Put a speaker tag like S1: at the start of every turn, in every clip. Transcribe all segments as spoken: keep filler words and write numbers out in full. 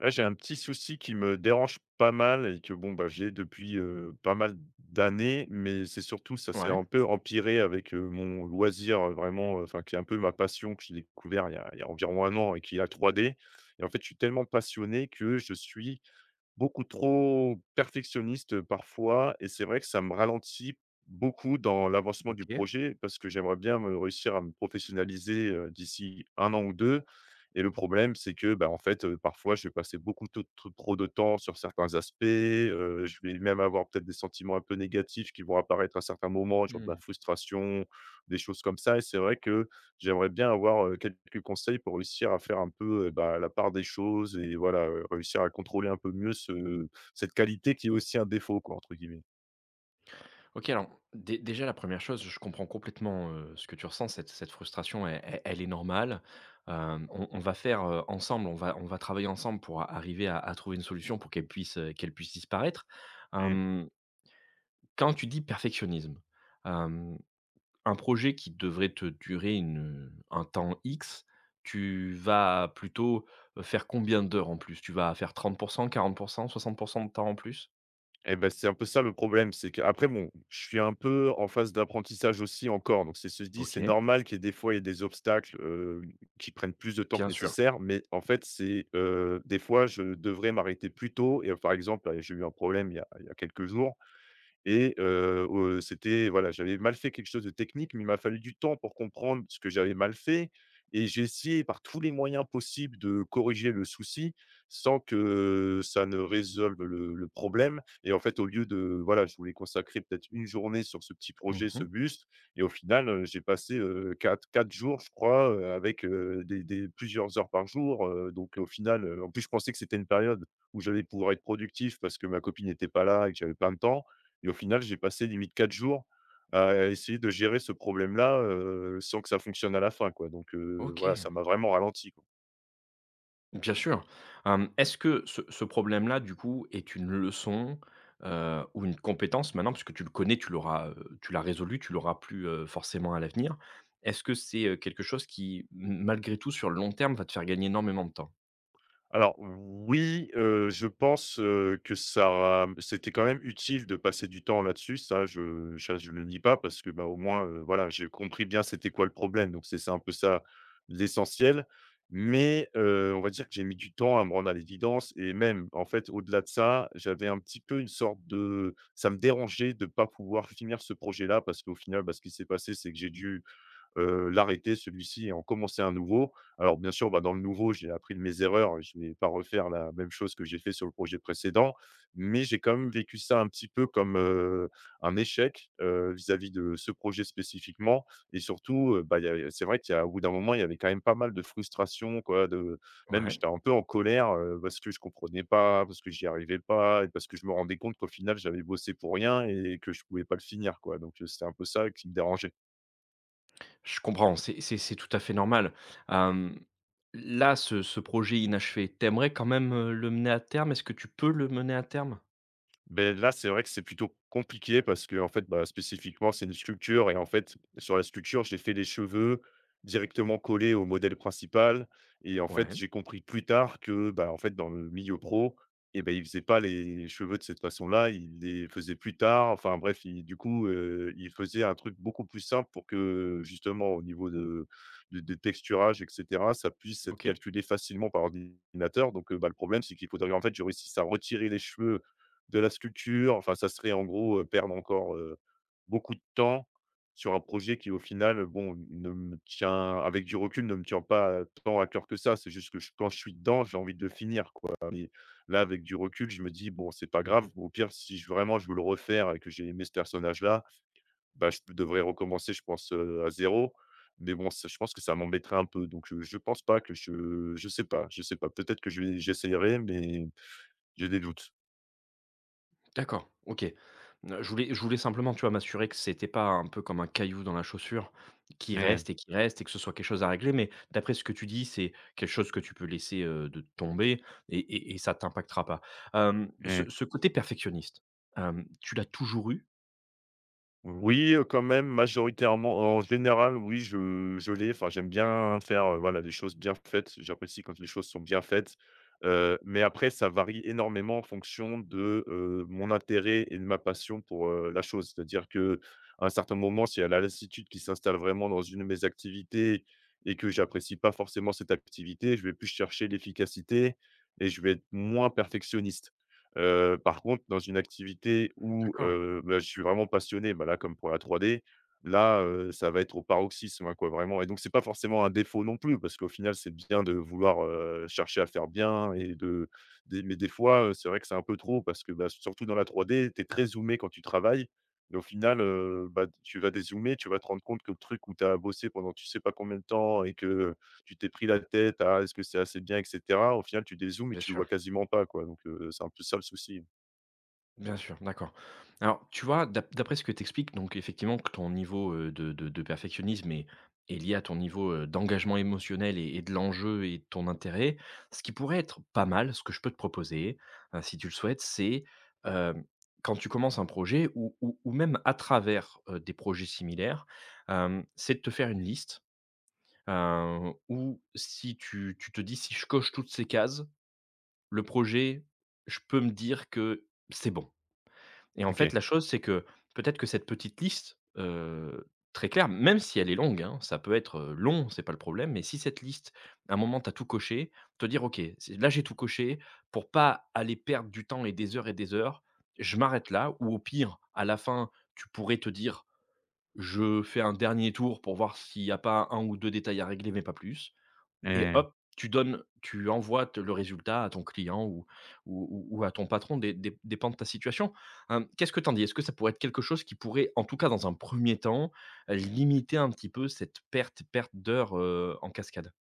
S1: Ouais, j'ai un petit souci qui me dérange pas mal et que bon, bah, j'ai depuis, heu, pas mal d'années, mais c'est surtout ça s'est
S2: Ouais,
S1: un peu empiré avec, heu, mon loisir, heu, vraiment, heu, enfin qui est un peu ma passion que j'ai découvert il y a il y a environ un an et qui est la trois D. Et en fait, je suis tellement passionné que je suis beaucoup trop perfectionniste, parfois, et c'est vrai que ça me ralentit beaucoup dans l'avancement du
S2: OK.
S1: projet parce que j'aimerais bien me réussir à me professionnaliser, heu, d'ici un an ou deux. Et le problème, c'est que, bah, en fait, heu, parfois, je vais passer beaucoup to tr trop de temps sur certains aspects, heu, je vais même avoir peut-être des sentiments un peu négatifs qui vont apparaître à certains moments, genre de
S2: Mmh.
S1: la frustration, des choses comme ça, et c'est vrai que j'aimerais bien avoir, heu, quelques conseils pour réussir à faire un peu, heu, bah, la part des choses et voilà, heu, réussir à contrôler un peu mieux ce cette qualité qui est aussi un «défaut» quoi, entre guillemets.
S2: OK, alors dé déjà la première chose, je comprends complètement, heu, ce que tu ressens, cette cette frustration, elle elle elle est normale. Hem, on on va faire, heu, ensemble, on va on va travailler ensemble pour a- arriver à à trouver une solution pour qu'elle puisse, heu, qu'elle puisse disparaître.
S1: Mmh.
S2: Hem, Quand tu dis perfectionnisme, hem, un projet qui devrait te durer une, un temps X, tu vas plutôt faire combien d'heures en plus? Tu vas faire trente quarante soixante de temps en plus?
S1: Et ben c'est un peu ça le problème, c'est qu'après bon, je suis un peu en phase d'apprentissage aussi encore, donc c'est se dit: «C'est
S2: OK,
S1: normal qu'il y ait des fois, il y ait des obstacles, heu, qui prennent plus de temps
S2: bien
S1: que
S2: sûr.
S1: nécessaire», mais en fait, c'est, heu, des fois, je devrais m'arrêter plus tôt et heu, par exemple, allez, j'ai eu un problème il y a il y a quelques jours et heu heu, c'était voilà, j'avais mal fait quelque chose de technique, mais il m'a fallu du temps pour comprendre ce que j'avais mal fait, et j'ai essayé par tous les moyens possibles de corriger le souci sans que ça ne résolve le le problème. Et en fait, au lieu de voilà, je voulais consacrer peut-être une journée sur ce petit projet, ce
S2: Mmh,
S1: buste, et au final, heu, j'ai passé, heu, quatre 4 jours, je crois, heu, avec, heu, des des plusieurs heures par jour, heu, donc au final, heu, en plus, je pensais que c'était une période où j'allais pouvoir être productif parce que ma copine n'était pas là et que j'avais plein de temps, et au final, j'ai passé limite quatre jours à essayer de gérer ce problème-là, heu, sans que ça fonctionne à la fin, quoi, donc heu, voilà,
S2: OK,
S1: ça m'a vraiment ralenti, quoi.
S2: bien sûr. Hem, est-ce que ce ce problème-là, du coup, est une leçon, heu, ou une compétence maintenant? Puisque tu le connais, tu l'auras, heu, tu l'as résolu, tu l'auras plus, heu, forcément à l'avenir. Est-ce que c'est, heu, quelque chose qui, m malgré tout, sur le long terme, va te faire gagner énormément de temps?
S1: Alors oui, heu, je pense, heu, que ça c'était quand même utile de passer du temps là-dessus, ça je ça je ne le dis pas parce que, bah, au moins, heu, voilà, j'ai compris bien c'était quoi le problème, donc c'est c'est un peu ça l'essentiel. Mais, heu, on va dire que j'ai mis du temps à me rendre à l'évidence, et même en fait au-delà de ça, j'avais un petit peu une sorte de ça me dérangeait de pas pouvoir finir ce projet-là parce qu'au final, bah, ce qui s'est passé, c'est que j'ai dû heu, l'arrêter celui-ci et en commencer un nouveau. Alors bien sûr, bah, dans le nouveau, j'ai appris de mes erreurs, je ne vais pas refaire la même chose que j'ai fait sur le projet précédent, mais j'ai quand même vécu ça un petit peu comme, heu, un échec, heu, vis-à-vis de ce projet spécifiquement, et surtout, heu, bah, il y a c'est vrai qu'il y a au bout d'un moment, il y avait quand même pas mal de frustration quoi, de même
S2: Ouais,
S1: j'étais un peu en colère, heu, parce que je comprenais pas, parce que j'y arrivais pas et parce que je me rendais compte qu'au final, j'avais bossé pour rien et que je pouvais pas le finir quoi, donc heu, c'était un peu ça qui me dérangeait.
S2: je comprends, c'est c'est c'est tout à fait normal. Hem, Là, ce ce projet inachevé, t'aimerais quand même, heu, le mener à terme? Est-ce que tu peux le mener à terme?
S1: Ben là, c'est vrai que c'est plutôt compliqué parce que en fait, bah, spécifiquement, c'est une sculpture, et en fait, sur la sculpture, j'ai fait les cheveux directement collés au modèle principal, et en fait,
S2: Ouais,
S1: j'ai compris plus tard que, bah, en fait, dans le milieu pro, et ben, ils faisaient pas les cheveux de cette façon-là, ils les faisaient plus tard. Enfin bref, ils- du coup, heu, ils faisaient un truc beaucoup plus simple pour que justement au niveau de de de texturage et cetera, ça puisse être
S2: OK.
S1: calculé facilement par ordinateur, donc heu, bah, le problème, c'est qu'il faudrait en fait, je réussisse à retirer les cheveux de la sculpture, enfin ça serait en gros, heu, perdre encore, heu, beaucoup de temps sur un projet qui au final, bon, ne me tient avec du recul, ne me tient pas tant à cœur que ça. C'est juste que j quand je suis dedans, j'ai envie de le finir quoi, mais là, avec du recul, je me dis: «Bon, c'est pas grave,
S2: Mmh,
S1: au pire, si je vraiment je veux le refaire et que j'ai aimé ce personnage-là, bah, je devrais recommencer, je pense, heu, à zéro. Mais bon, ça je pense que ça m'embêterait un peu, donc heu, je pense pas que je je sais pas je sais pas. Peut-être que je vais j'essayerai, mais j'ai des doutes.»
S2: D'accord, OK. Heu, je voulais je voulais simplement, tu vois, m'assurer que c'était pas un peu comme un caillou dans la chaussure, qui
S1: Mmh,
S2: reste et qui reste et que ce soit quelque chose à régler. Mais d'après ce que tu dis, c'est quelque chose que tu peux laisser, heu, de tomber et et et ça t'impactera pas. Hem,
S1: mmh.
S2: ce ce côté perfectionniste, hem, tu l'as toujours eu?
S1: Oui, heu, quand même majoritairement, en général, oui, je je l'ai. Enfin, j'aime bien faire, heu, voilà, des choses bien faites. J'apprécie quand les choses sont bien faites, heu, mais après ça varie énormément en fonction de, heu, mon intérêt et de ma passion pour, heu, la chose. C'est-à-dire que à un certain moment, s'il y a la lassitude qui s'installe vraiment dans une de mes activités et que j'apprécie pas forcément cette activité, je vais plus chercher l'efficacité et je vais être moins perfectionniste. Heu, par contre, dans une activité où,
S2: D'accord,
S1: heu, bah, je suis vraiment passionné, bah, là, comme pour la trois D, là, heu, ça va être au paroxysme, hein, quoi, vraiment. Et donc c'est pas forcément un défaut non plus parce qu'au final, c'est bien de vouloir, heu, chercher à faire bien et de des mais des fois, heu, c'est vrai que c'est un peu trop parce que, bah, surtout dans la trois D, tu es très zoomé quand tu travailles, et au final, heu, bah, tu vas dézoomer, tu vas te rendre compte que le truc où tu as bossé pendant tu sais pas combien de temps et que tu t'es pris la tête à: «Est-ce que c'est assez bien?» et cetera. Au final, tu dézoomes et
S2: bien
S1: tu le
S2: sûr.
S1: vois quasiment pas, quoi, donc heu, c'est un peu ça le souci.
S2: Bien sûr, d'accord. Alors, tu vois, d'ap d'après ce que tu expliques, donc effectivement que ton niveau, heu, de de de perfectionnisme est est lié à ton niveau, heu, d'engagement émotionnel et et de l'enjeu et de ton intérêt. Ce qui pourrait être pas mal, ce que je peux te proposer, heu, si tu le souhaites, c'est, hem, quand tu commences un projet ou ou ou même à travers, heu, des projets similaires, hem, c'est de te faire une liste, heu, où si tu tu te dis: «Si je coche toutes ces cases, le projet, je peux me dire que c'est bon». Et en fait,
S1: OK.
S2: la chose, c'est que peut-être que cette petite liste, heu, très claire, même si elle est longue, hein, ça peut être, heu, long, c'est pas le problème, mais si cette liste, à un moment, tu as tout coché, te dire: «OK, c'est là, j'ai tout coché pour pas aller perdre du temps et des heures et des heures, je m'arrête là» ou au pire, à la fin, tu pourrais te dire: «Je fais un dernier tour pour voir s'il n'y a pas un ou deux détails à régler, mais pas plus». Et
S1: Mmh.
S2: hop, tu donnes tu envoies te le résultat à ton client ou ou ou à ton patron, dé dé dépend de ta situation. Hem, qu'est-ce que t'en dis? Est-ce que ça pourrait être quelque chose qui pourrait, en tout cas dans un premier temps, heu, limiter un petit peu cette perte perte d'heures, heu, en cascade?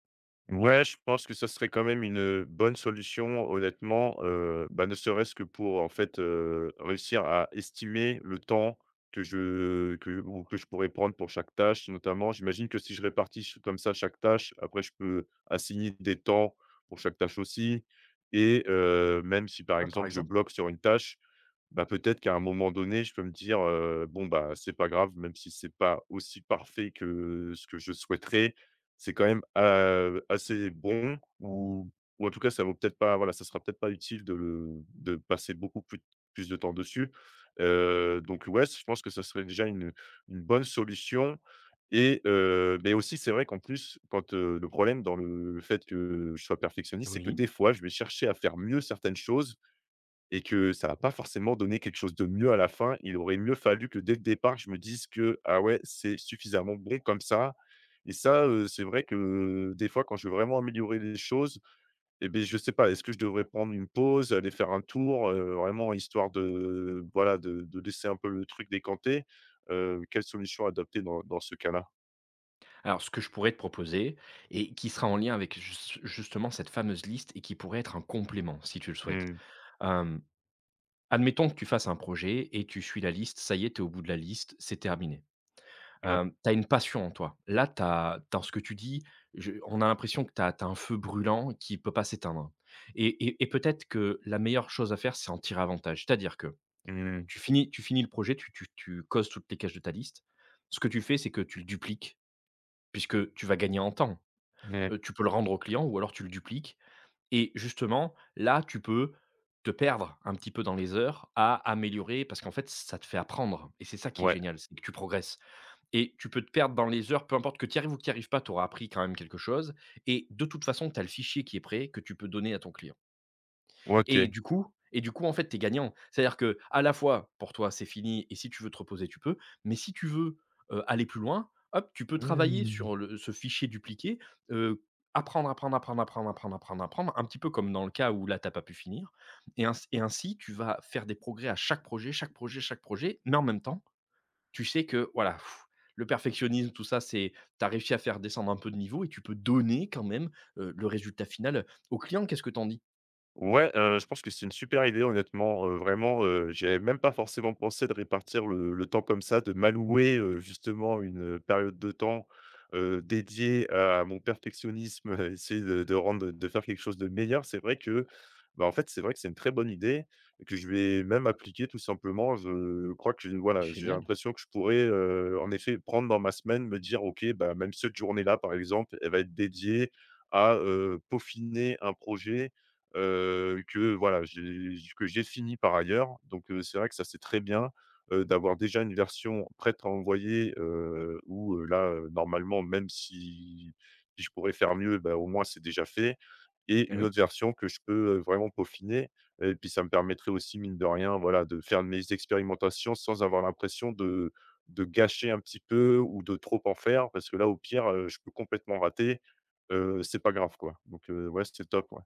S1: Ouais, je pense que ça serait quand même une, heu, bonne solution honnêtement, heu, bah, ne serait-ce que pour en fait, heu, réussir à estimer le temps que je que ou que je pourrais prendre pour chaque tâche notamment. J'imagine que si je répartis ch comme ça chaque tâche, après je peux assigner des temps pour chaque tâche aussi, et heu, même si par
S2: Ouais, par
S1: exemple je
S2: exemple?
S1: bloque sur une tâche, bah, peut-être qu'à un moment donné, je peux me dire, heu: «Bon, bah, c'est pas grave, même si c'est pas aussi parfait que ce que je souhaiterais, c'est quand même, heu, assez bon» ou ou en tout cas, ça vaut peut-être pas voilà, ça sera peut-être pas utile de le de passer beaucoup plus plus de temps dessus, heu, donc ouais, je pense que ça serait déjà une une bonne solution. Et heu, mais aussi, c'est vrai qu'en plus, quand, heu, le problème dans le fait que je sois perfectionniste, c'est que
S2: Oui.
S1: des fois, je vais chercher à faire mieux certaines choses et que ça va pas forcément donner quelque chose de mieux à la fin. Il aurait mieux fallu que dès le départ, je me dise que: «Ah ouais, c'est suffisamment bon comme ça». Et ça, heu, c'est vrai que euh, des fois, quand je veux vraiment améliorer les choses, et ben je sais pas, est-ce que je devrais prendre une pause, aller faire un tour, heu, vraiment histoire de voilà, de de laisser un peu le truc décanter? Heu, quelle solution adopter dans dans ce cas-là?
S2: Alors ce que je pourrais te proposer et qui sera en lien avec jus justement cette fameuse liste et qui pourrait être un complément si tu le souhaites.
S1: Mmh,
S2: Hem, Admettons que tu fasses un projet et tu suis la liste, ça y est, tu es au bout de la liste, c'est terminé.
S1: ouais,
S2: Hem, tu as une passion en toi. Là, t'as dans ce que tu dis, je on a l'impression que tu as un feu brûlant qui peut pas s'éteindre et et et peut-être que la meilleure chose à faire, c'est en tirer avantage. C'est-à-dire que
S1: mmh,
S2: tu finis tu finis le projet, tu tu tu causes toutes les cases de ta liste. Ce que tu fais, c'est que tu le dupliques puisque tu vas gagner en temps.
S1: ouais,
S2: Heu, tu peux le rendre au client ou alors tu le dupliques et justement, là, tu peux te perdre un petit peu dans les heures à améliorer parce qu'en fait, ça te fait apprendre et c'est ça qui est
S1: ouais,
S2: génial, c'est que tu progresses. Et tu peux te perdre dans les heures, peu importe que tu y arrives ou que tu y arrives pas, tu auras appris quand même quelque chose et de toute façon, tu as le fichier qui est prêt que tu peux donner à ton client et
S1: OK.
S2: du coup et du coup, en fait, tu es gagnant. C'est-à-dire que à la fois, pour toi, c'est fini et si tu veux te reposer, tu peux, mais si tu veux, heu, aller plus loin, hop, tu peux travailler
S1: Mmh.
S2: sur le ce fichier dupliqué, heu, apprendre, apprendre, apprendre, apprendre, apprendre, apprendre, apprendre, un petit peu comme dans le cas où là, tu as pas pu finir et ainsi et ainsi, tu vas faire des progrès à chaque projet, chaque projet, chaque projet, mais en même temps tu sais que voilà, pff, le perfectionnisme, tout ça, c'est tu as réussi à faire descendre un peu de niveau et tu peux donner quand même, heu, le résultat final, au client. Qu'est-ce que t'en dis?
S1: Ouais, heu, je pense que c'est une super idée honnêtement, heu, vraiment, heu, j'y avais même pas forcément pensé de répartir le le temps comme ça, de m'allouer, heu, justement une, euh, période de temps, heu, dédiée à mon perfectionnisme, essayer de de rendre de faire quelque chose de meilleur. C'est vrai que, bah, en fait, c'est vrai que c'est une très bonne idée et que je vais même appliquer tout simplement. Je crois que
S2: Mmh.
S1: voilà, j'ai
S2: Génial.
S1: l'impression que je pourrais, heu, en effet prendre dans ma semaine, me dire: «OK, bah, même cette journée-là, par exemple, elle va être dédiée à, heu, peaufiner un projet» heu, que voilà, j'ai que j'ai fini par ailleurs. Donc heu, c'est vrai que ça, c'est très bien, heu, d'avoir déjà une version prête à envoyer, heu, où, heu, là, heu, normalement, même si si je pourrais faire mieux, ben au moins, c'est déjà fait, et
S2: Eh
S1: une
S2: oui.
S1: autre version que je peux, heu, vraiment peaufiner, et puis ça me permettrait aussi, mine de rien, voilà, de faire mes expérimentations sans avoir l'impression de de gâcher un petit peu ou de trop en faire parce que là, au pire, heu, je peux complètement rater, heu, c'est pas grave, quoi. Donc heu, ouais, c'est top, ouais.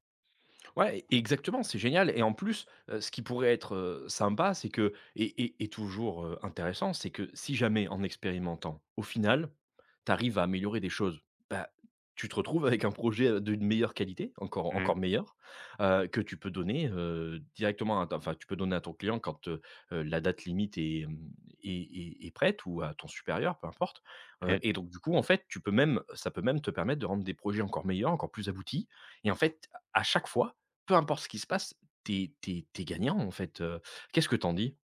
S2: Ouais, e exactement, c'est génial et en plus, heu, ce qui pourrait être, heu, sympa, c'est que et et et toujours, heu, intéressant, c'est que si jamais en expérimentant, au final, tu arrives à améliorer des choses, bah, tu te retrouves avec un projet, heu, d'une meilleure qualité, encore
S1: Mmh.
S2: encore meilleur, heu, que tu peux donner, heu, directement à ta enfin, tu peux donner à ton client quand, heu heu, la date limite est, mmh, est est est prête ou à ton supérieur, peu importe, heu
S1: Mmh.
S2: et donc du coup, en fait, tu peux même ça peut même te permettre de rendre des projets encore meilleurs, encore plus aboutis et en fait, à chaque fois peu importe ce qui se passe, t'es t'es t'es gagnant, en fait, heu. Qu'est-ce que t'en dis?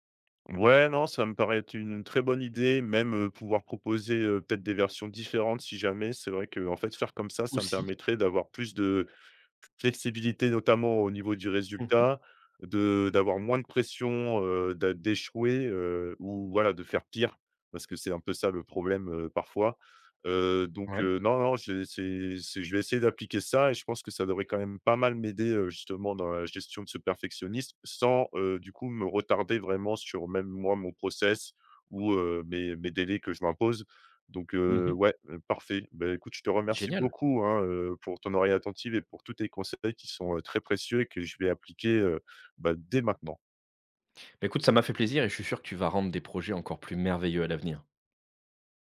S1: Ouais, non, ça me paraît être une très bonne idée, même, heu, pouvoir proposer, heu, peut-être des versions différentes si jamais. C'est vrai que, en fait, faire comme ça, ça me
S2: Aussi.
S1: permettrait d'avoir plus de flexibilité notamment au niveau du
S2: Mmh mh.
S1: résultat, de d'avoir moins de pression, heu, d'a d'échouer, heu, ou voilà, de faire pire, parce que c'est un peu ça le problème, heu, parfois. Heu, donc
S2: Ouais.
S1: heu, non, non, je c'est c'est je vais essayer d'appliquer ça et je pense que ça devrait quand même pas mal m'aider, heu, justement dans la gestion de ce perfectionnisme sans, heu, du coup me retarder vraiment sur même moi mon process ou heu, mes mes délais que je m'impose. Donc
S2: Mmh
S1: heu,
S2: mh.
S1: ouais, heu, parfait. Ben écoute, je te remercie
S2: Génial.
S1: beaucoup, hein, heu, pour ton oreille attentive et pour tous tes conseils qui sont, heu, très précieux et que je vais appliquer, heu, bah, dès maintenant.
S2: Bah, écoute, ça m'a fait plaisir et je suis sûr que tu vas rendre des projets encore plus merveilleux à l'avenir.